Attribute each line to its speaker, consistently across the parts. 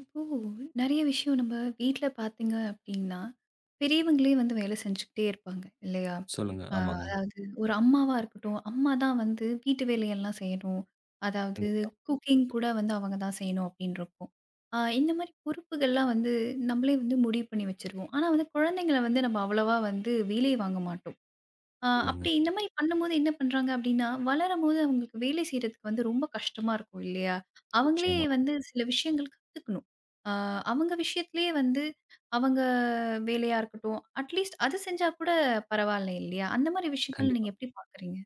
Speaker 1: இப்போ நெறைய விஷயம் நம்ம வீட்ல பார்த்தீங்க அப்டின்னா, பெரியவங்களே வந்து வேலை செஞ்சுக்கிட்டே இருப்பாங்க இல்லையா?
Speaker 2: சொல்லுங்க.
Speaker 1: அ
Speaker 2: ஆமாங்க.
Speaker 1: அதாவது ஒரு அம்மாவா இருக்கட்டும், அம்மா தான் வந்து வீட்டு வேலையெல்லாம் செய்யணும். அதாவது
Speaker 2: கண்டிப்பா.
Speaker 1: குக்கிங் கூட வந்து அவங்க தான் செய்யணும் அப்டின்னு இருக்கும். இந்த மாரி பொறுப்புகள்லாம் வந்து நம்மளே வந்து முடிவு பண்ணி வச்சுருவோம். ஆனா வந்து குழந்தைங்கள வந்து நம்ம அவ்வளவா வந்து வேலை வாங்க மாட்டோம்.
Speaker 2: சொல்லுங்க.
Speaker 1: அப்படி இந்த மாரி பண்ணும்போது என்ன பண்றாங்க அப்படின்னா, வளரும்போது அவங்களுக்கு வேலை செய்றதுக்கு வந்து ரொம்ப கஷ்டமா இருக்கும் இல்லையா? அவங்களே
Speaker 2: நிச்சயமா.
Speaker 1: வந்து சில விஷயங்கள் கத்துக்கணும். ஆ அவங்க விஷயத்திலேயே வந்து அவங்க வேலையா இருக்கட்டும், அட்லீஸ்ட் அது செஞ்சா கூட பரவாயில்ல இல்லையா? அந்த மாரி விஷயங்கள்
Speaker 2: கண்டிப்பா.
Speaker 1: நீங்க எப்படி பார்க்குறீங்க?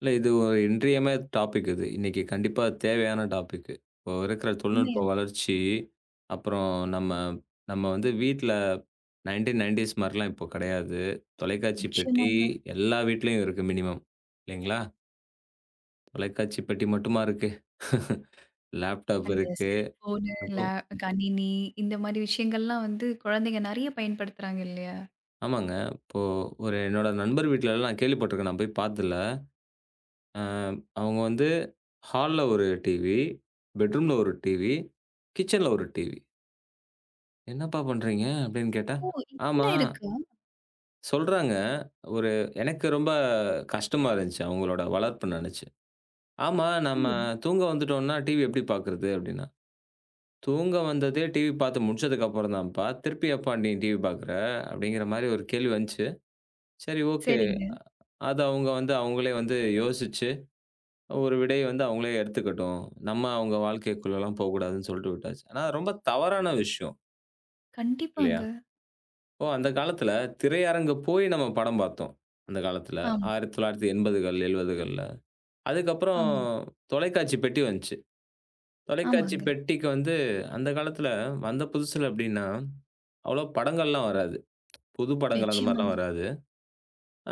Speaker 2: இல்ல இது ஒரு இன்றியமைய டாபிக் இது. இன்னைக்கு கண்டிப்பா தேவையான டாபிக். இப்போ இருக்கிற தொழில்நுட்ப
Speaker 1: உண்மையாங்க.
Speaker 2: வளர்ச்சி, அப்புறம் நம்ம நம்ம வந்து வீட்ல 1990ஸ் மாரிலாம் இப்போ கிடையாது. தொலைக்காட்சி பெட்டி
Speaker 1: நிச்சயமாங்க.
Speaker 2: எல்லா வீட்லயும் இருக்கு மினிமம். இல்லைங்களா? தொலைக்காட்சி பெட்டி மட்டுமா இருக்கு? லேப்டாப்
Speaker 1: அந்த
Speaker 2: இருக்கு.
Speaker 1: செல்ஃபோனு,
Speaker 2: அதுவும்
Speaker 1: கணினி இந்த மாரி விஷயங்கள்லாம் வந்து குழந்தைங்க நெறைய பயன்படுத்துறாங்க இல்லையா?
Speaker 2: ஆமாங்க. இப்போ ஒரு என்னோட நண்பர் வீட்லலாம் நான் கேள்விப்பட்டுருக்கேன். நான் போய் பார்த்ததில்ல. அ அவங்க வந்து ஹால்ல ஒரு டிவி, பெட்ரூம்ல ஒரு டிவி, கிச்சன்ல ஒரு டிவி. "என்னப்பா பண்றீங்க?" அப்படின்னு கேட்டா,
Speaker 1: ஓ!
Speaker 2: "ஆமா"
Speaker 1: இத்தன இருக்கா?
Speaker 2: சொல்றாங்க. ஒரு எனக்கு ரொம்ப கஷ்டமா இருந்துச்சு அவங்களோட வளர்ப்பு நெனச்சு. "ஆமா
Speaker 1: ஓ!
Speaker 2: நம்ம தூங்க வந்துட்டோம்னா டிவி எப்படி பாக்குறது?" அப்படின்னா, "தூங்க வந்ததே டிவி பாத்து முடிச்சதுக்கு அப்புறம் தான்ப்பா. திருப்பி எப்பா நீ டிவி பாக்குற?" அப்படிங்கிற மாரி ஒரு கேள்வி வந்துச்சு. சரி ஓகே.
Speaker 1: சரிங்க.
Speaker 2: அது அவங்க வந்து அவங்களே வந்து யோசிச்சு ஒரு விடைய வந்து அவங்களே எடுத்துக்கட்டும். நம்ம அவங்க வாழ்க்கைக்குள்ளலாம் போகக்கூடாதுன்னு சொல்லிட்டு விட்டாச்சு. ஆனா ரொம்ப தவறான விஷயம் இல்லையா?
Speaker 1: கண்டிப்பாங்க.
Speaker 2: ஓ! அந்த காலத்தில திரையரங்கு போய் நம்ம படம் பார்த்தோம். அந்த காலத்தில
Speaker 1: ஆமா,
Speaker 2: 1980கள், 70கள்ல. அதுக்கப்புறம்
Speaker 1: ஆமா,
Speaker 2: தொலைக்காட்சி பெட்டி வந்துச்சு. தொலைக்காட்சி
Speaker 1: ஆமாங்க.
Speaker 2: பெட்டிக்கு வந்து அந்த காலத்தில வந்த புதுசுல எப்படின்னா, அவ்வளோ படங்கள்லாம் வராது. புது படங்கள் அந்த மாரிலாம்
Speaker 1: நிச்சயமாங்க.
Speaker 2: வராது.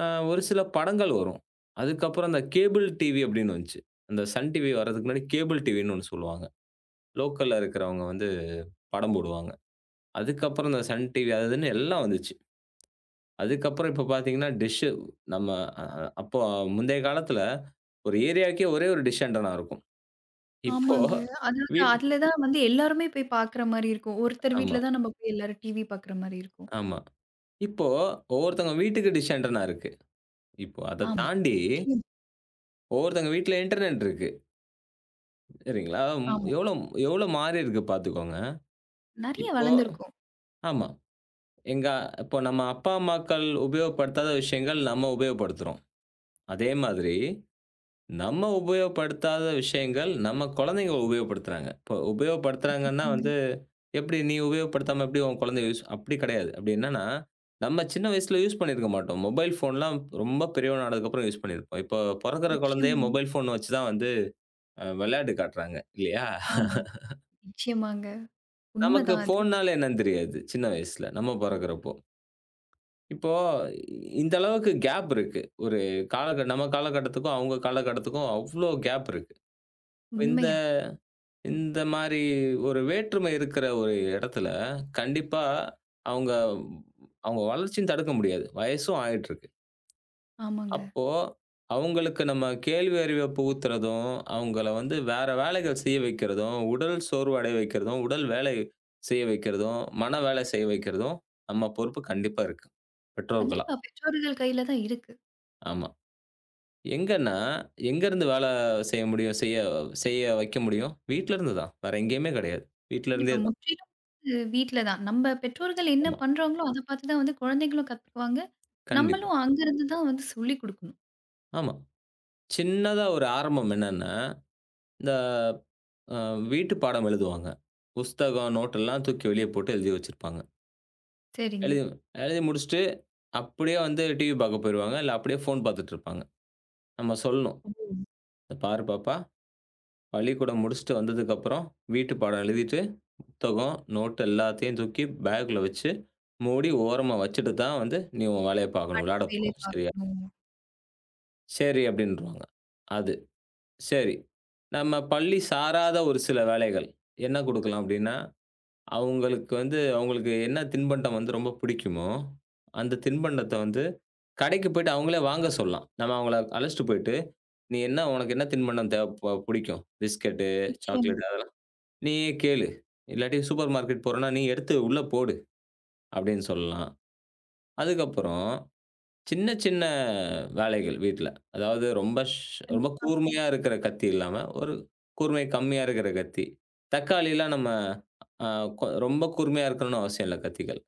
Speaker 2: அ ஒரு சில படங்கள் வரும். அதுக்கப்புறம் அந்த கேபிள் டிவி அப்படின்னு வந்துச்சு. அந்த சன் டிவி வர்றதுக்கு முன்னாடி கேபிள் டிவின்னு ஒண்ணு சொல்லுவாங்க. லோக்கல்ல இருக்கிறவங்க வந்து படம் போடுவாங்க. அதுக்கப்புறம் இந்த சன் டிவி அது இதுன்னு எல்லாம் வந்துச்சு. அதுக்கப்புறம் இப்ப பார்த்தீங்கன்னா, டிஷ்ஷு நம்ம அ அ அப்போ முந்தைய காலத்துல ஒரு ஏரியாவுக்கே ஒரே ஒரு டிஷ் ஆண்டனா இருக்கும். இப்போ
Speaker 1: ஆமாங்க. அதாவது
Speaker 2: வீட்
Speaker 1: அதுல தான் வந்து எல்லாருமே போய் பாக்குற மாரி இருக்கும். ஒருத்தர்
Speaker 2: ஆமா,
Speaker 1: வீட்ல தான் நம்ம போய் எல்லாரும் டிவி பாக்குற மாரி இருக்கும்.
Speaker 2: ஆமா. இப்போ ஒவ்வொருத்தவங்க வீட்டுக்கு டிஷ் ஆண்டனா இருக்கு. இப்போ அத
Speaker 1: ஆமா.
Speaker 2: தாண்டி
Speaker 1: நிச்சயம்.
Speaker 2: ஒவ்வொருத்தவங்க வீட்ல இன்டர்நெட் இருக்கு. சரிங்களா?
Speaker 1: ஆமா.
Speaker 2: எவ்வளோ எவ்வளோ மாறி இருக்கு பார்த்துக்கோங்க.
Speaker 1: நெறைய
Speaker 2: இப்போ
Speaker 1: வளர்ந்துருக்கோம்.
Speaker 2: ஆமா. எங்க இப்போ நம்ம அப்பா, அம்மாக்கள் உபயோகப்படுத்தாத விஷயங்கள் நம்ம உபயோகப்படுத்துறோம். அதே மாதிரி நம்ம உபயோகப்படுத்தாத விஷயங்கள், நம்ம குழந்தைங்க உபயோகப்படுத்துறாங்க. இப்போ உபயோகப்படுத்துறாங்கன்னா
Speaker 1: கண்டிப்பாங்க.
Speaker 2: வந்து, எப்படி நீ உபயோகப்படுத்தாம எப்படி உன் குழந்தை யூஸ் அப்படி கிடையாது. அப்படி என்னன்னா, நம்ம சின்ன வயசுல யூஸ் பண்ணியிருக்க மாட்டோம். மொபைல் ஃபோன்லாம் ரொம்ப பெரியவன் ஆனதுக்கப்புறம் யூஸ் பண்ணியிருப்போம். இப்போ பொறக்கிற குழந்தையே
Speaker 1: நிச்சயமாங்க.
Speaker 2: மொபைல் ஃபோன் வச்சு தான் வந்து விளையாட்டு காட்டுறாங்க இல்லையா?
Speaker 1: ஆமா. நிச்சயமாங்க.
Speaker 2: நமக்கு
Speaker 1: உண்மதான் அது.
Speaker 2: ஃபோன்னால என்னன்னு தெரியாது சின்ன வயசுல, நம்ம பொறக்கிறப்போ. இப்போ இந்த அளவுக்கு கேப் இருக்கு. ஒரு காலக நம்ம காலகட்டத்துக்கும், அவங்க காலகட்டத்துக்கும் அவ்ளோ கேப் இருக்கு. இந்த
Speaker 1: உண்மையா.
Speaker 2: இந்த மாரி ஒரு வேற்றுமை இருக்கிற ஒரு இடத்துல, கண்டிப்பா அவுங்க அவுங்க வளர்ச்சியும் தடுக்க முடியாது. வயசும் ஆயிட்டுருக்கு.
Speaker 1: ஆமாங்க.
Speaker 2: அப்போ அவுங்களுக்கு நம்ம கேள்வி அறிவ புகுத்துறதும், அவுங்கள வந்து வேற வேலைகள் செய்ய வைக்கிறதும், உடல் சோர்வு அடைய வைக்கிறதும், உடல் வேலை செய்ய வைக்கிறதும், மன வேலை செய்ய வைக்கிறதும் நம்ம பொறுப்பு கண்டிப்பா இருக்கு. பெற்றோர்களா.
Speaker 1: கண்டிப்பா பெற்றோர்கள் கையில தான் இருக்கு.
Speaker 2: ஆமா. எங்கன்னா, எங்கருந்து வேல செய்ய முடியும்? செய்ய செய்ய வைக்க முடியும்? வீட்லருந்து தான். வேற எங்கேயுமே கிடையாது. வீட்லருந்தே
Speaker 1: கண்டிப்பா
Speaker 2: தான்.
Speaker 1: முற்றிலும் வந்து வீட்ல தான். நம்ம பெற்றோர்கள் என்ன
Speaker 2: ஆமா.
Speaker 1: பண்றாங்களோ அத பார்த்து தான் வந்து குழந்தைகளும் கத்துக்குவாங்க.
Speaker 2: கண்டிப்பா.
Speaker 1: நம்மளும் அங்கருந்து தான் வந்து சொல்லிக் குடுக்கணும்.
Speaker 2: ஆமா. சின்னதா ஒரு ஆரம்பம் என்னன்னா, இந்த அ வீட்டு பாடம் எழுதுவாங்க. புஸ்தகம், நோட்டெல்லாம் தூக்கி வெளிய போட்டு எழுதி வச்சிருப்பாங்க.
Speaker 1: சரிங்க.
Speaker 2: எழுதி எழுதி முடிச்சுட்டு, அப்படியே வந்து டிவி பார்க்க போயிருவாங்க. இல்ல அப்படியே ஃபோன் பார்த்துட்டு இருப்பாங்க. நம்ம சொல்லணும்.
Speaker 1: ஓ!
Speaker 2: "இத பாரு பாப்பா, பள்ளிக்கூடம் முடிச்சுட்டு வந்ததுக்கப்புறம், வீட்டு பாடம் எழுதிட்டு, புத்தகம், நோட் எல்லாத்தையும் தூக்கி பேக்குள்ள வச்சு, மூடி ஓரமா வச்சுட்டு தான் வந்து, நீ உன் வேலைய பார்க்கணும்.
Speaker 1: அடுத்த
Speaker 2: விளையாட
Speaker 1: வேலை
Speaker 2: போணும். சரியா?"
Speaker 1: பார்க்கணும்.
Speaker 2: "சரி" அப்படின்ருவாங்க. அது சரி. நம்ம பள்ளி சாராத ஒரு சில வேலைகள். என்ன குடுக்கலாம் அப்டின்னா, அவுங்களுக்கு வந்து அவுங்களுக்கு என்ன தின்பண்டம் வந்து ரொம்ப பிடிக்குமோ, அந்த தின்பண்டத்த வந்து கடைக்கு போயிட்டு அவுங்களே வாங்க சொல்லலாம். நம்ம அவுங்கள அழைச்சிட்டு போயிட்டு, "நீ என்ன உனக்கு என்ன தின்பண்டம் தேவ ப பிடிக்கும்? பிஸ்கட்டு,
Speaker 1: நிச்சயமா.
Speaker 2: சாக்லேட் அதெல்லாம் நீயே கேளு. இல்லாட்டி சூப்பர் மார்க்கெட் போறன்னா, நீ எடுத்து உள்ள போடு" அப்டின்னு சொல்லலாம். அதுக்கப்புறம் சின்ன, சின்ன வேலைகள் வீட்ல. அதாவது ரொம்ப
Speaker 1: கண்டிப்பா.
Speaker 2: கூர்மையா இருக்கிற கத்தி இல்லாம, ஒரு கூர்மை கம்மியா இருக்கிற கத்தி. தக்காளிலாம் நம்ம அ கொ ரொம்ப கூர்மையா இருக்கணும்னு அவசியம் இல்ல கத்திகள்.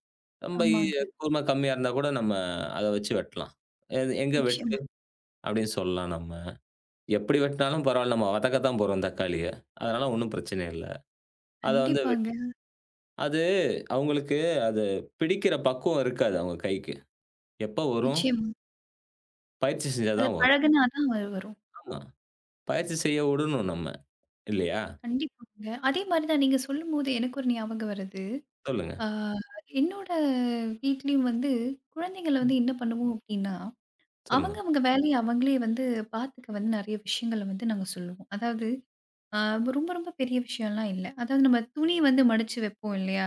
Speaker 2: ரொம்ப ஈ
Speaker 1: ஆமாங்க.
Speaker 2: கூர்மை கம்மியா இருந்தா கூட நம்ம அத வச்சு வெட்டலாம். எது "எங்க வெட்டு"
Speaker 1: நிச்சயமா.
Speaker 2: அப்படின்னு சொல்லலாம் நம்ம. எப்படி வெட்டினாலும் பரவால்ல, நம்ம வதக்க தான் போறோம் தக்காளிய. அதனால ஒண்ணும் பிரச்சனை இல்ல. அத வந்து வெட்
Speaker 1: கண்டிப்பாங்க.
Speaker 2: அது அவங்களுக்கு அது பிடிக்கிற பக்குவம் இருக்காது அவங்க கைக்கு. எப்ப வரும்?
Speaker 1: நிச்சயமா.
Speaker 2: பயிற்சி செஞ்சா
Speaker 1: அது
Speaker 2: தான் வரும்.
Speaker 1: பழகுனா தான் அது வரும்.
Speaker 2: ஆமா. பயிற்சி செய்ய விடணும் நம்ம. இல்லையா?
Speaker 1: கண்டிப்பாங்க. அதே மாரி தான் நீங்க சொல்லும்போது எனக்கு ஒரு ஞாபகம் வருது.
Speaker 2: சொல்லுங்க,
Speaker 1: ஆ என்னோட வீட்லயும் வந்து குழந்தைங்கள வந்து என்ன பண்ணுவோம் அப்டின்னா,
Speaker 2: சொல்லுங்க.
Speaker 1: அவங்க அவங்க வேலைய அவங்களே வந்து பார்த்துக்க வந்து நெறைய விஷயங்கள வந்து நாங்க சொல்லுவோம். அதாவது ஆ ரொம்ப, ரொம்ப பெரிய விஷயம்லாம் இல்ல. அதாவது நம்ம துணி வந்து மடிச்சு வைப்போம் இல்லையா?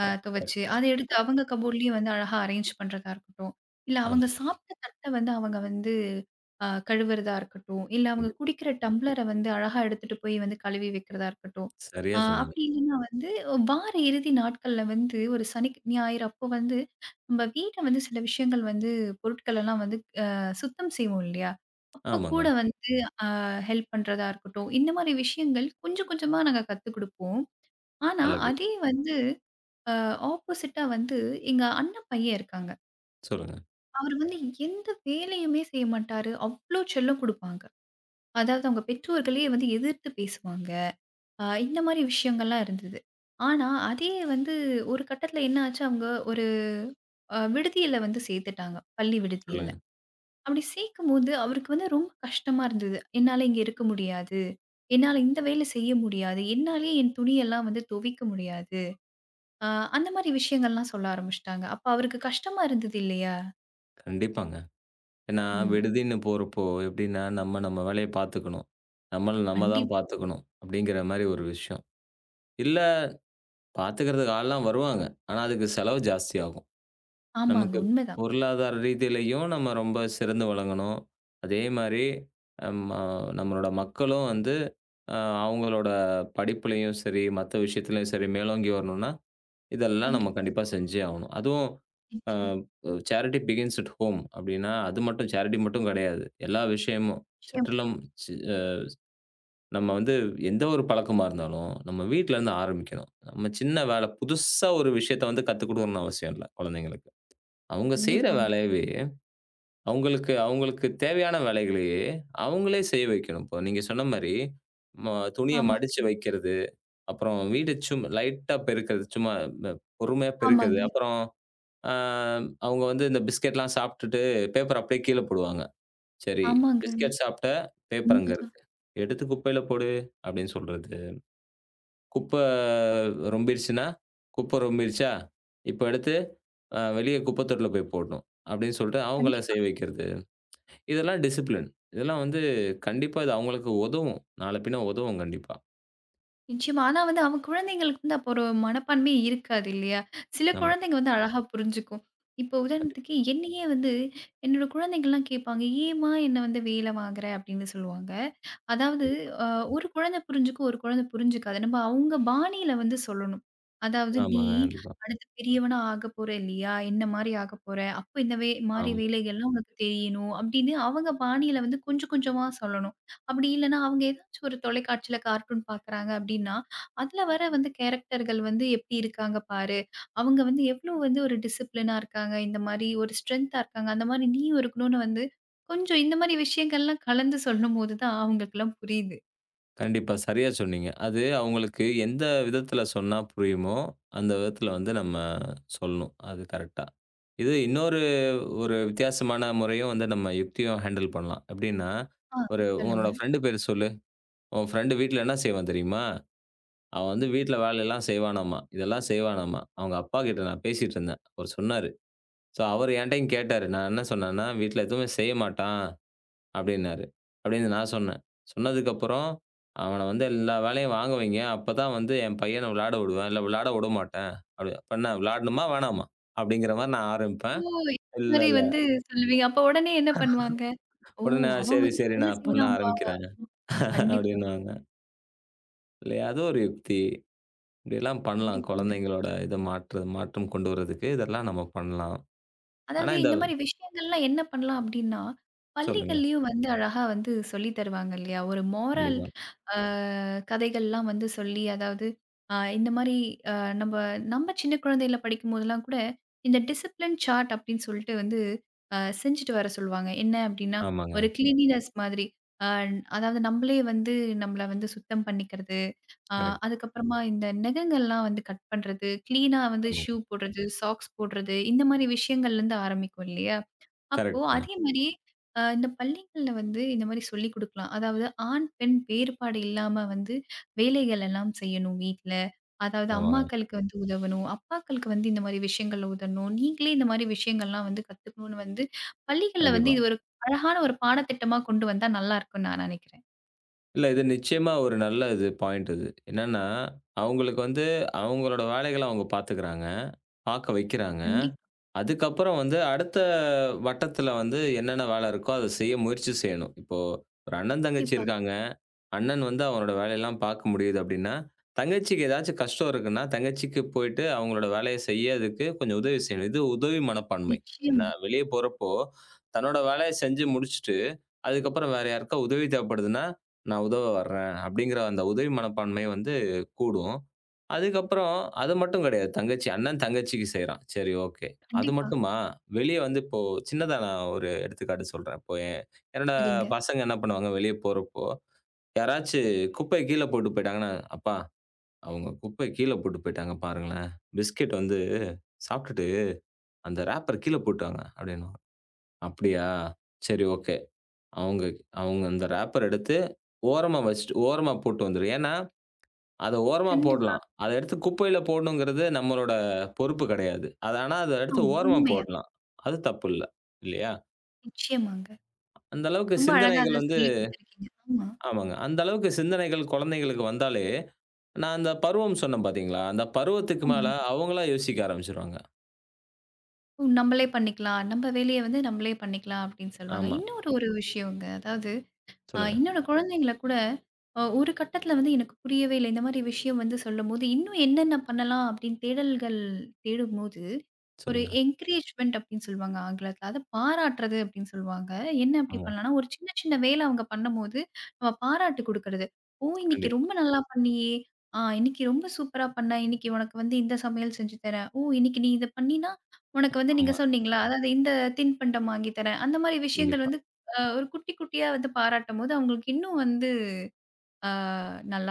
Speaker 1: துவச்சு,
Speaker 2: கரெக்ட்.
Speaker 1: அத எடுத்து அவங்க கபோர்ட்லயே வந்து அழகா அரேஞ்ச் பண்றதா இருக்கட்டும், இல்ல அவங்க
Speaker 2: ஆமாங்க.
Speaker 1: சாப்பிட்ட தட்ட வந்து அவங்க வந்து கழுவுறதா இருக்கட்டும், இல்ல அவங்க
Speaker 2: கண்டிப்பா.
Speaker 1: குடிக்கிற டம்ளர வந்து அழகா எடுத்துட்டு போய் வந்து கழுவி வைக்கிறதா இருக்கட்டும்.
Speaker 2: சரியா சொன்னீங்க.
Speaker 1: அப்படி இல்லைன்னா வந்து வார இறுதி நாட்கள்ல வந்து ஒரு சனி, ஞாயிறு அப்போ வந்து நம்ம வீட்ட வந்து சில விஷயங்கள் வந்து பொருட்கள் எல்லாம் வந்து அ சுத்தம் செய்வோம் இல்லையா? அப்ப
Speaker 2: ஆமாங்க.
Speaker 1: கூட வந்து ஹெல்ப் பண்றதா இருக்கட்டும். இந்த மாரி விஷயங்கள் கொஞ்சம் கொஞ்சமா நாங்க கத்துக் குடுப்போம். ஆனா,
Speaker 2: அழகு.
Speaker 1: அதே வந்து அ ஆப்போசிட்டா வந்து எங்க அண்ணன் பையன் இருக்காங்க.
Speaker 2: சொல்லுங்க,
Speaker 1: அவரு வந்து எந்த வேலையுமே செய்ய மாட்டாரு. அவ்ளோ செல்லம் குடுப்பாங்க. அதாவது அவங்க பெற்றோர்களே வந்து எதிர்த்து பேசுவாங்க. இந்த மாரி விஷயங்கள்லாம் இருந்தது. ஆனா, அதே வந்து ஒரு கட்டத்தில என்ன ஆச்சு, அவங்க ஒரு விடுதியில வந்து சேர்த்துட்டாங்க. பள்ளி விடுதியில.
Speaker 2: சொல்லுங்க.
Speaker 1: அப்படி சேர்க்கும்போது, அவருக்கு வந்து ரொம்ப கஷ்டமா இருந்தது. என்னால இங்க இருக்க முடியாது. என்னால இந்த வேலை செய்ய முடியாது. என்னாலயே என் துணியெல்லாம் வந்து துவைக்க முடியாது. அ அந்த மாரி விஷயங்கள்லாம் சொல்ல ஆரம்பிச்சுட்டாங்க. அப்ப அவருக்கு கஷ்டமா இருந்தது இல்லையா?
Speaker 2: கண்டிப்பாங்க. ஏன்னா,
Speaker 1: ம்.
Speaker 2: விடுதின்னு போறப்போ எப்படின்னா, நம்ம நம்ம வேலைய பார்த்துக்கணும். நம்மள நம்ம தான்
Speaker 1: கண்டிப்பா.
Speaker 2: பார்த்துக்கணும். அப்படிங்கிற மாரி ஒரு விஷயம். இல்ல, பார்த்துக்கிறதுக்கு ஆள்லாம் வருவாங்க. ஆனா, அதுக்கு செலவு ஜாஸ்தியாகும்.
Speaker 1: ஆமாங்க.
Speaker 2: நமக்கு
Speaker 1: உண்மைதான்.
Speaker 2: பொருளாதார ரீதியிலயும் நம்ம ரொம்ப சிறந்து விளங்கணும். அதே மாரி நம்ம நம்மளோட மக்களும் வந்து அ அவங்களோட படிப்புலயும் சரி, மத்த விஷயத்துலயும் சரி மேலோங்கி வரணும்னா, இதெல்லாம் நம்ம
Speaker 1: கண்டிப்பாங்க.
Speaker 2: கண்டிப்பா செஞ்சே ஆகணும். அதுவும் அ
Speaker 1: நிச்சயமா.
Speaker 2: "சேரிட்டி பிகின்ஸ் அட் ஹோம்" அப்டின்னா, அது மட்டும் சேரிட்டி மட்டும் கெடையாது. எல்லா விஷயமும்
Speaker 1: நிச்சயமா.
Speaker 2: சுற்றிலும் சி நம்ம வந்து எந்த ஒரு பழக்கமா இருந்தாலும், நம்ம வீட்லருந்து ஆரம்பிக்கணும். நம்ம சின்ன வேல புதுசா ஒரு விஷயத்த வந்து கத்துக் குடுக்கணும்னு அவசியம் இல்ல, குழந்தைங்களுக்கு. அவங்க செய்ற
Speaker 1: கண்டிப்பாங்க.
Speaker 2: வேலையவே அவங்களுக்கு அவங்களுக்கு தேவையான வேலைகளையே அவங்களே செய்ய வைக்கணும். இப்போ நீங்க சொன்ன மாரி, ம துணிய
Speaker 1: ஆமாங்க.
Speaker 2: மடிச்சு வைக்கிறது, அப்புறம் வீடு சும் லைட்டா பெருக்குறது, சும்மா இந்த பொறுமையா பெருக்குறது.
Speaker 1: ஆமாங்க.
Speaker 2: அப்புறம் அ அவங்க வந்து இந்த பிஸ்கட்லாம் சாப்பிட்டுட்டு பேப்பர் அப்படியே கீழ போடுவாங்க. சரி,
Speaker 1: ஆமாங்க.
Speaker 2: பிஸ்கட் சாப்பிட்ட, பேப்பர் அங்க
Speaker 1: உண்மைதான்.
Speaker 2: இருக்கு. "எடுத்து குப்பையில போடு" அப்படின்னு சொல்றது. குப்பை ரொம்பிருச்சுன்னா, "குப்பை ரொம்பிருச்சா, இப்ப எடுத்து வெளிய குப்பை தொட்டில போய் போடணும்" அப்படின்னு சொல்லிட்டு அவங்கள
Speaker 1: கண்டிப்பா.
Speaker 2: செய்ய வைக்கிறது. இதெல்லாம் டிசிப்ளின். இதெல்லாம் வந்து கண்டிப்பா இது அவங்களுக்கு உதவும். நாள பின்ன உதவும் கண்டிப்பா.
Speaker 1: நிச்சயமா. ஆனா வந்து அவன் குழந்தைங்களுக்கு வந்து அப்போ ஒரு மனப்பான்மை இருக்காது இல்லையா? சில
Speaker 2: ஆமா.
Speaker 1: குழந்தைங்க வந்து அழகா புரிஞ்சுக்கும். இப்போ
Speaker 2: கண்டிப்பா,
Speaker 1: உதாரணத்துக்கு என்னையே வந்து என்னோட குழந்தைங்கலாம் கேட்பாங்க, "ஏம்மா என்ன வந்து வேல வாங்குற?" அப்படின்னு சொல்லுவாங்க. அதாவது
Speaker 2: கண்டிப்பா.
Speaker 1: அ ஒரு குழந்தை புரிஞ்சுக்கும், ஒரு குழந்தை புரிஞ்சுக்காது. நம்ம அவங்க பாணியில வந்து சொல்லணும். அதாவது, "நீ
Speaker 2: ஆமாங்க. கண்டிப்பா.
Speaker 1: அடுத்து பெரியவனா ஆகப் போற இல்லையா? என்ன மாரி ஆகப் போற? அப்போ இந்த மாரி
Speaker 2: ஆமா.
Speaker 1: வேலைகள்லாம் உனக்கு தெரியணும்." அப்படின்னு அவங்க பாணியில வந்து கொஞ்சம் கொஞ்சமா சொல்லணும். அப்படி இல்லன்னா, அவங்க ஏதாச்சும் ஒரு தொலைக்காட்சியில கார்ட்டூன் பார்க்குறாங்க அப்படின்னா, அதுல வர வந்து கேரக்டர்கள் வந்து எப்படி இருக்காங்க பாரு. அவங்க வந்து எவ்ளோ வந்து ஒரு டிசிப்ளினா இருக்காங்க. இந்த மாரி ஒரு ஸ்ட்ரென்த்தா இருக்காங்க. அந்த மாரி நீயும் இருக்கணும்னு வந்து கொஞ்சம் இந்த மாரி விஷயங்கள்லாம் கலந்து சொல்லும்போது தான் அவங்களுக்கெல்லாம் புரியுது.
Speaker 2: கண்டிப்பா. சரியா சொன்னீங்க. அது அவங்களுக்கு எந்த விதத்தில சொன்னா புரியுமோ, அந்த விதத்தில வந்து நம்ம சொல்லணும். அது கரெக்ட்டா. இது இன்னொரு வித்தியாசமான முறையும் வந்து நம்ம யுக்தியும் ஹேண்டில் பண்ணலாம். எப்படின்னா,
Speaker 1: ஆ.
Speaker 2: ஒரு
Speaker 1: சொல்லுங்க.
Speaker 2: "உன்னோட ஃப்ரெண்ட் பேர் சொல்லு. உன் ஃப்ரெண்ட் வீட்ல என்ன செய்வான் தெரியுமா? அவன் வந்து வீட்ல வேலையெல்லாம் செய்வானாமா. இதெல்லாம் செய்வானாமா. அவங்க அப்பா கிட்ட நான் பேசிட்டு இருந்தேன். அவரு சொன்னாரு. ஸோ அவரு என்ட்டயும் கேட்டாரு. நான் என்ன சொன்னேன்னா, "வீட்ல எதுவுமே செய்ய மாட்டான்" அப்டின்னாரு. அப்டின்னு நான் சொன்னேன். சொன்னதுக்கப்புறம், "அவன வந்து எல்லா வேலையும் வாங்க வைங்க. அப்பதான் வந்து என் பையன விளையாட விடுவேன். இல்ல விளையாட விடமாட்டேன்" அப்டி அப்ப என்ன விளையாடணுமா? வேணாமா? அப்டிங்கிற மாரி நான்
Speaker 1: ஓ!
Speaker 2: ஆரம்பிப்பேன்.
Speaker 1: இந்த
Speaker 2: இல்ல,
Speaker 1: மாரி
Speaker 2: இல்ல.
Speaker 1: வந்து சொல்லுவீங்க. அப்ப உடனே என்ன பண்ணுவாங்க? "ஓ!
Speaker 2: உடனே
Speaker 1: அவன்
Speaker 2: "சரி,
Speaker 1: வந்து
Speaker 2: சரி
Speaker 1: வேலை
Speaker 2: நான் பண்ண
Speaker 1: செய்றான்பா."
Speaker 2: ஆரம்பிக்கிறேன்"
Speaker 1: கண்டிப்பா,
Speaker 2: அப்டின்னுவாங்க. இல்லையா? அது ஒரு யுக்தி. இப்டிலாம் பண்ணலாம்.
Speaker 1: கண்டிப்பாங்க.
Speaker 2: குழந்தைங்களோட இத மாற்று மாற்றம் கொண்டு வரதுக்கு இதெல்லாம் நம்ம பண்ணலாம். ஆனா
Speaker 1: அதாவது
Speaker 2: இந்த
Speaker 1: இந்த மாரி விஷயங்கள்லாம் என்ன பண்ணலாம் அப்டின்னா,
Speaker 2: சொல்லுங்க.
Speaker 1: பள்ளிகள்லயும் வந்து அழகா வந்து சொல்லி தருவாங்க இல்லையா? ஒரு மோரல்
Speaker 2: கண்டிப்பா.
Speaker 1: அ கதைகள்லாம் வந்து சொல்லி, அதாவது இந்த மாரி அ நம்ப நம்ம சின்ன குழந்தையில படிக்கும்போதெல்லாம் கூட, இந்த டிசிப்ளின் சார்ட் அப்டின்னு சொல்லிட்டு வந்து செஞ்சுட்டு வர சொல்லுவாங்க. என்ன அப்டின்னா,
Speaker 2: ஆமாங்க.
Speaker 1: ஒரு கிளீனினஸ் மாதிரி. அ அதாவது நம்மளே வந்து நம்மள வந்து சுத்தம் பண்ணிக்கிறது. ஆ
Speaker 2: கரெக்ட்.
Speaker 1: அதுக்கப்புறமா இந்த நகங்கள்லாம் வந்து கட் பண்றது, கிளீனா வந்து
Speaker 2: ஆமாங்க.
Speaker 1: ஷூ போடுறது, சாக்ஸ் போடுறது, இந்த மாரி விஷயங்கள்லேருந்து ஆரம்பிக்கும் இல்லையா? அப்போ
Speaker 2: கரெக்ட்ங்க.
Speaker 1: அதே மாரி இந்த பள்ளிகள்ல வந்து இந்த மாரி சொல்லிக் குடுக்கலாம். அதாவது ஆண், பெண் வேறுபாடு இல்லாம வந்து வேலைகள் எல்லாம் செய்யணும் வீட்ல. அதாவது
Speaker 2: ஆமாங்க.
Speaker 1: அம்மாக்களுக்கு வந்து உதவணும், அப்பாக்களுக்கு வந்து இந்த மாரி விஷயங்கள்ல உதவணும், நீங்களே இந்த மாரி விஷயங்கள்லாம் வந்து கத்துக்கணும்னு வந்து பள்ளிகள்ல வந்து
Speaker 2: கண்டிப்பா.
Speaker 1: இது ஒரு அழகான ஒரு பாடத்திட்டமா கொண்டு வந்தா நல்லாருக்கும்னு நான் நெனைக்கிறேன்.
Speaker 2: இல்ல. இது நிச்சயமா ஒரு நல்ல இது பாயிண்ட் இது. என்னன்னா, அவங்களுக்கு வந்து அவங்களோட வேலைகள அவங்க பார்த்துக்கிறாங்க. பார்க்க வைக்கிறாங்க.
Speaker 1: கண்டிப்பா,
Speaker 2: அதுக்கப்புறம் வந்து அடுத்த வட்டத்துல வந்து என்னென்ன வேல இருக்கோ, அத செய்ய முயற்சி செய்யணும். இப்போ ஒரு அண்ணன், தங்கச்சி
Speaker 1: கண்டிப்பா.
Speaker 2: இருக்காங்க. அண்ணன் வந்து அவனோட வேலையெல்லாம் பார்க்க முடியுது அப்டின்னா, தங்கச்சிக்கு ஏதாச்சும் கஷ்டம் இருக்குன்னா, தங்கச்சிக்கு போயிட்டு அவங்களோட வேலைய செய்யதுக்கு கொஞ்சம் உதவி செய்யணும். இது உதவி மனப்பான்மை.
Speaker 1: நிச்சயமா.
Speaker 2: நான் வெளிய போறப்போ, தன்னோட வேலைய செஞ்சு முடிச்சுட்டு அதுக்கப்புறம் வேற யாருக்கா உதவி தேவைப்படுதுன்னா, நான் உதவ வர்றேன். அப்படிங்கிற அந்த உதவி மனப்பான்மை வந்து கூடும். அதுக்கப்புறம் அது மட்டும் கிடையாது. தங்கச்சி அண்ணன் தங்கச்சிக்கு செய்றான். சரி ஓகே. அது
Speaker 1: கண்டிப்பா.
Speaker 2: மட்டுமா? வெளிய வந்து இப்போ சின்னதா நான் ஒரு எடுத்துக்காட்டு சொல்றேன். இப்போ என்னோட
Speaker 1: சரிங்க.
Speaker 2: பசங்க என்ன பண்ணுவாங்க, வெளிய போறப்போ, யாராச்சு குப்பைய கீழ போட்டு போயிட்டாங்கன்னா, "அப்பா அவங்க குப்பைய கீழ போட்டு போயிட்டாங்க பாருங்களேன். பிஸ்கட் வந்து சாப்பிட்டுட்டு அந்த ராப்பர் கீழ போட்டாங்க" அப்படின்னுவாங்க. "அப்படியா? சரி ஓகே." அவங்க அவங்க அந்த ராப்பர் எடுத்து ஓரமா வச்சுட்டு ஓரமா போட்டு வந்துரு. ஏன்னா, அத ஓரமா
Speaker 1: கண்டிப்பா.
Speaker 2: போடலாம். அத எடுத்து குப்பையில போடணுங்கிறது நம்மளோட பொறுப்பு கிடையாது. அது ஆனா அத எடுத்து
Speaker 1: ஆமா.
Speaker 2: ஓரமா
Speaker 1: உண்மையா.
Speaker 2: போடலாம். அது தப்பில்ல. இல்லையா?
Speaker 1: நிச்சயமாங்க.
Speaker 2: அந்த அளவுக்கு
Speaker 1: ரொம்ப அழகா
Speaker 2: சிந்தனைகள்
Speaker 1: அத
Speaker 2: வந்து
Speaker 1: சொல்லிக் குடுத்துருக்கீங்க. ஆமா,
Speaker 2: ஆமாங்க. அந்த அளவுக்கு சிந்தனைகள் குழந்தைகளுக்கு வந்தாலே, நான் அந்த பருவம் சொன்னேன் பார்த்தீங்களா? அந்த பருவத்துக்கு மேல
Speaker 1: ஆமாங்க.
Speaker 2: அவங்களா யோசிக்க ஆரம்பிச்சுருவாங்க.
Speaker 1: "ஓ! நம்மளே பண்ணிக்கலாம். நம்ம வேலைய வந்து நம்மளே பண்ணிக்கலாம்" அப்படின்னு சொல்லுவாங்க.
Speaker 2: ஆமா.
Speaker 1: இன்னொரு ஒரு விஷயங்க. அதாவது
Speaker 2: சொல்லுங்க,
Speaker 1: என்னோட குழந்தைங்கள கூட ஒரு கட்டத்தில வந்து எனக்கு புரியவே இல்ல. இந்த மாரி விஷயம் வந்து சொல்லும்போது, இன்னும் என்னென்ன பண்ணலாம் அப்படின்னு தேடல்கள் தேடும்போது, ஒரு
Speaker 2: சொல்லுங்க.
Speaker 1: என்கரேஜ்மென்ட் அப்படின்னு சொல்லுவாங்க ஆங்கிலத்தில. அத பாராட்டுறது அப்படின்னு சொல்லுவாங்க. என்ன அப்படி
Speaker 2: ஆமா.
Speaker 1: பண்ணலாம்னா, ஒரு சின்ன சின்ன வேலை அவங்க பண்ணும்போது, நம்ம பாராட்டு குடுக்குறது. "ஓ! இன்னைக்கு
Speaker 2: கண்டிப்பா.
Speaker 1: ரொம்ப நல்லா பண்ணியே! இன்னைக்கு ரொம்ப சூப்பரா பண்ண. இன்னைக்கு உனக்கு வந்து இந்த சமையல் செஞ்சு தரேன். ஓ! இன்னைக்கு நீ இத பண்ணினா, உனக்கு வந்து" நீங்க
Speaker 2: ஆமா.
Speaker 1: சொன்னீங்களா? அதாவது இந்த தின்பண்டம் வாங்கி தரேன். அந்த மாரி விஷயங்கள்
Speaker 2: கண்டிப்பா.
Speaker 1: வந்து ஒரு குட்டி, குட்டியா வந்து பாராட்டும்போது, அவங்களுக்கு இன்னும் வந்து அ நல்லா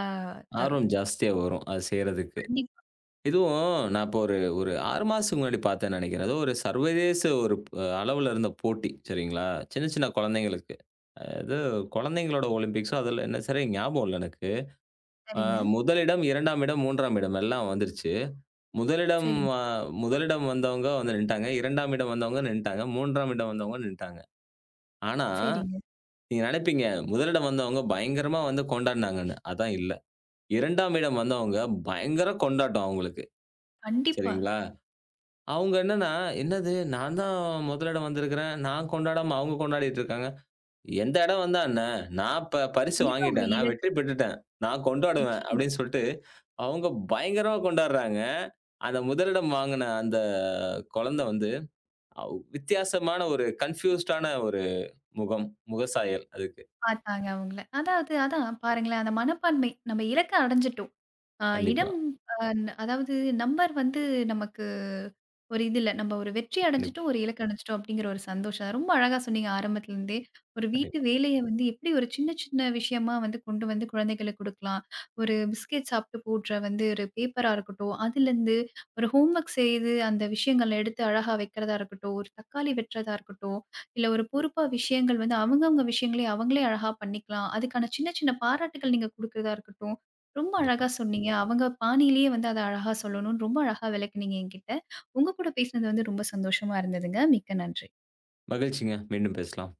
Speaker 1: தரும்.
Speaker 2: ஆர்வம் ஜாஸ்தியா வரும். அது செய்றதுக்கு.
Speaker 1: கண்டிப்பா.
Speaker 2: இதுவும் நான் இப்போ ஒரு ஒரு 6 மாசத்துக்கு முன்னாடி பார்த்தேன்னு நெனைக்கிறேன். ஏதோ ஒரு சர்வதேச ஒரு அளவுல இருந்த போட்டி, சரிங்களா? சின்ன, சின்ன குழந்தைங்களுக்கு. அது குழந்தைங்களோட ஒலிம்பிக்ஸோ அதுல என்ன சரியா ஞாபகம் இல்ல எனக்கு. அ
Speaker 1: சரிங்க,
Speaker 2: முதலிடம், 2ஆம் இடம், 3ஆம் இடம் எல்லாம் வந்துருச்சு. முதலிடம்
Speaker 1: சரிங்க,
Speaker 2: அ முதலிடம் வந்தவங்க வந்து நின்ட்டாங்க. 2ஆம் இடம் வந்தவங்க நின்ட்டாங்க. 3ஆம் இடம் வந்தவங்க நின்ட்டாங்க. ஆனா,
Speaker 1: சரிங்க.
Speaker 2: நீங்க நெனைப்பீங்க, முதலிடம் வந்தவங்க பயங்கரமா வந்து கொண்டாடுனாங்கன்னு. அதான் இல்ல. 2ஆம் இடம் வந்தவங்க பயங்கர கொண்டாட்டம் அவங்களுக்கு.
Speaker 1: கண்டிப்பா.
Speaker 2: சரிங்களா? அவங்க என்னன்னா, "என்னது நான் தான் முதல் இடம் வந்திருக்கிறேன். நான் கொண்டாடாம அவங்க கொண்டாடிட்டு இருக்காங்க. எந்த இடம் வந்தா என்ன? நான் ப பரிசு
Speaker 1: கண்டிப்பா ஒரு
Speaker 2: வாங்கிட்டேன். நான்
Speaker 1: இலக்கு.
Speaker 2: வெற்றி பெற்றுட்டேன். நான் கொண்டாடுவேன்."
Speaker 1: நிச்சயமா
Speaker 2: அப்படின்னு சொல்லிட்டு அவங்க பயங்கரமா கொண்டாடுறாங்க. அந்த முதலிடம் வாங்குன அந்த குழந்தை வந்து வித்தியாசமான ஒரு கன்ஃப்யூஸ்டான ஒரு முகம், முகசாயல் அதுக்கு.
Speaker 1: பார்த்தாங்க அவங்கள. அதாவது அதான் பாருங்களேன், அந்த மனப்பான்மை. நம்ம இலக்க அடைஞ்சுட்டோம். ஆ
Speaker 2: கண்டிப்பா,
Speaker 1: இடம் அ அதாவது நம்பர் வந்து நமக்கு ஒரு இது இல்ல. நம்ம ஒரு வெற்றி
Speaker 2: கண்டிப்பா,
Speaker 1: அடைஞ்சுட்டோம், ஒரு இலக்கு அடைஞ்சுட்டோம் அப்படிங்கிற ஒரு சந்தோஷம். ரொம்ப அழகா சொன்னீங்க ஆரம்பத்துலருந்தே. ஒரு வீட்டு
Speaker 2: கண்டிப்பா,
Speaker 1: வேலைய வந்து எப்படி ஒரு சின்ன சின்ன விஷயமா வந்து கொண்டு வந்து குழந்தைகளுக்கு குடுக்கலாம். ஒரு பிஸ்கெட் சாப்பிட்டு போடுற வந்து ஒரு பேப்பரா இருக்கட்டும், அதுலருந்து ஒரு ஹோம் ஒர்க் செய்து அந்த விஷயங்கள எடுத்து அழகா வைக்கிறதா இருக்கட்டும், ஒரு தக்காளி வெட்டுறதா இருக்கட்டும், இல்ல ஒரு பொறுப்பா விஷயங்கள் வந்து அவங்கவங்க விஷயங்களே அவங்களே அழகா பண்ணிக்கலாம். அதுக்கான சின்ன சின்ன பாராட்டுகள் நீங்க குடுக்கிறதா இருக்கட்டும், ரொம்ப
Speaker 2: கண்டிப்பா.
Speaker 1: அழகா சொன்னீங்க. அவங்க பாணியிலேயே வந்து அத அழகா சொல்லணும்னு ரொம்ப அழகா விளக்குனீங்க என்கிட்ட. உங்க கூட பேசினது வந்து ரொம்ப சந்தோஷமா இருந்ததுங்க. மிக்க நன்றி.
Speaker 2: மகிழ்ச்சிங்க. மீண்டும் பேசலாம்.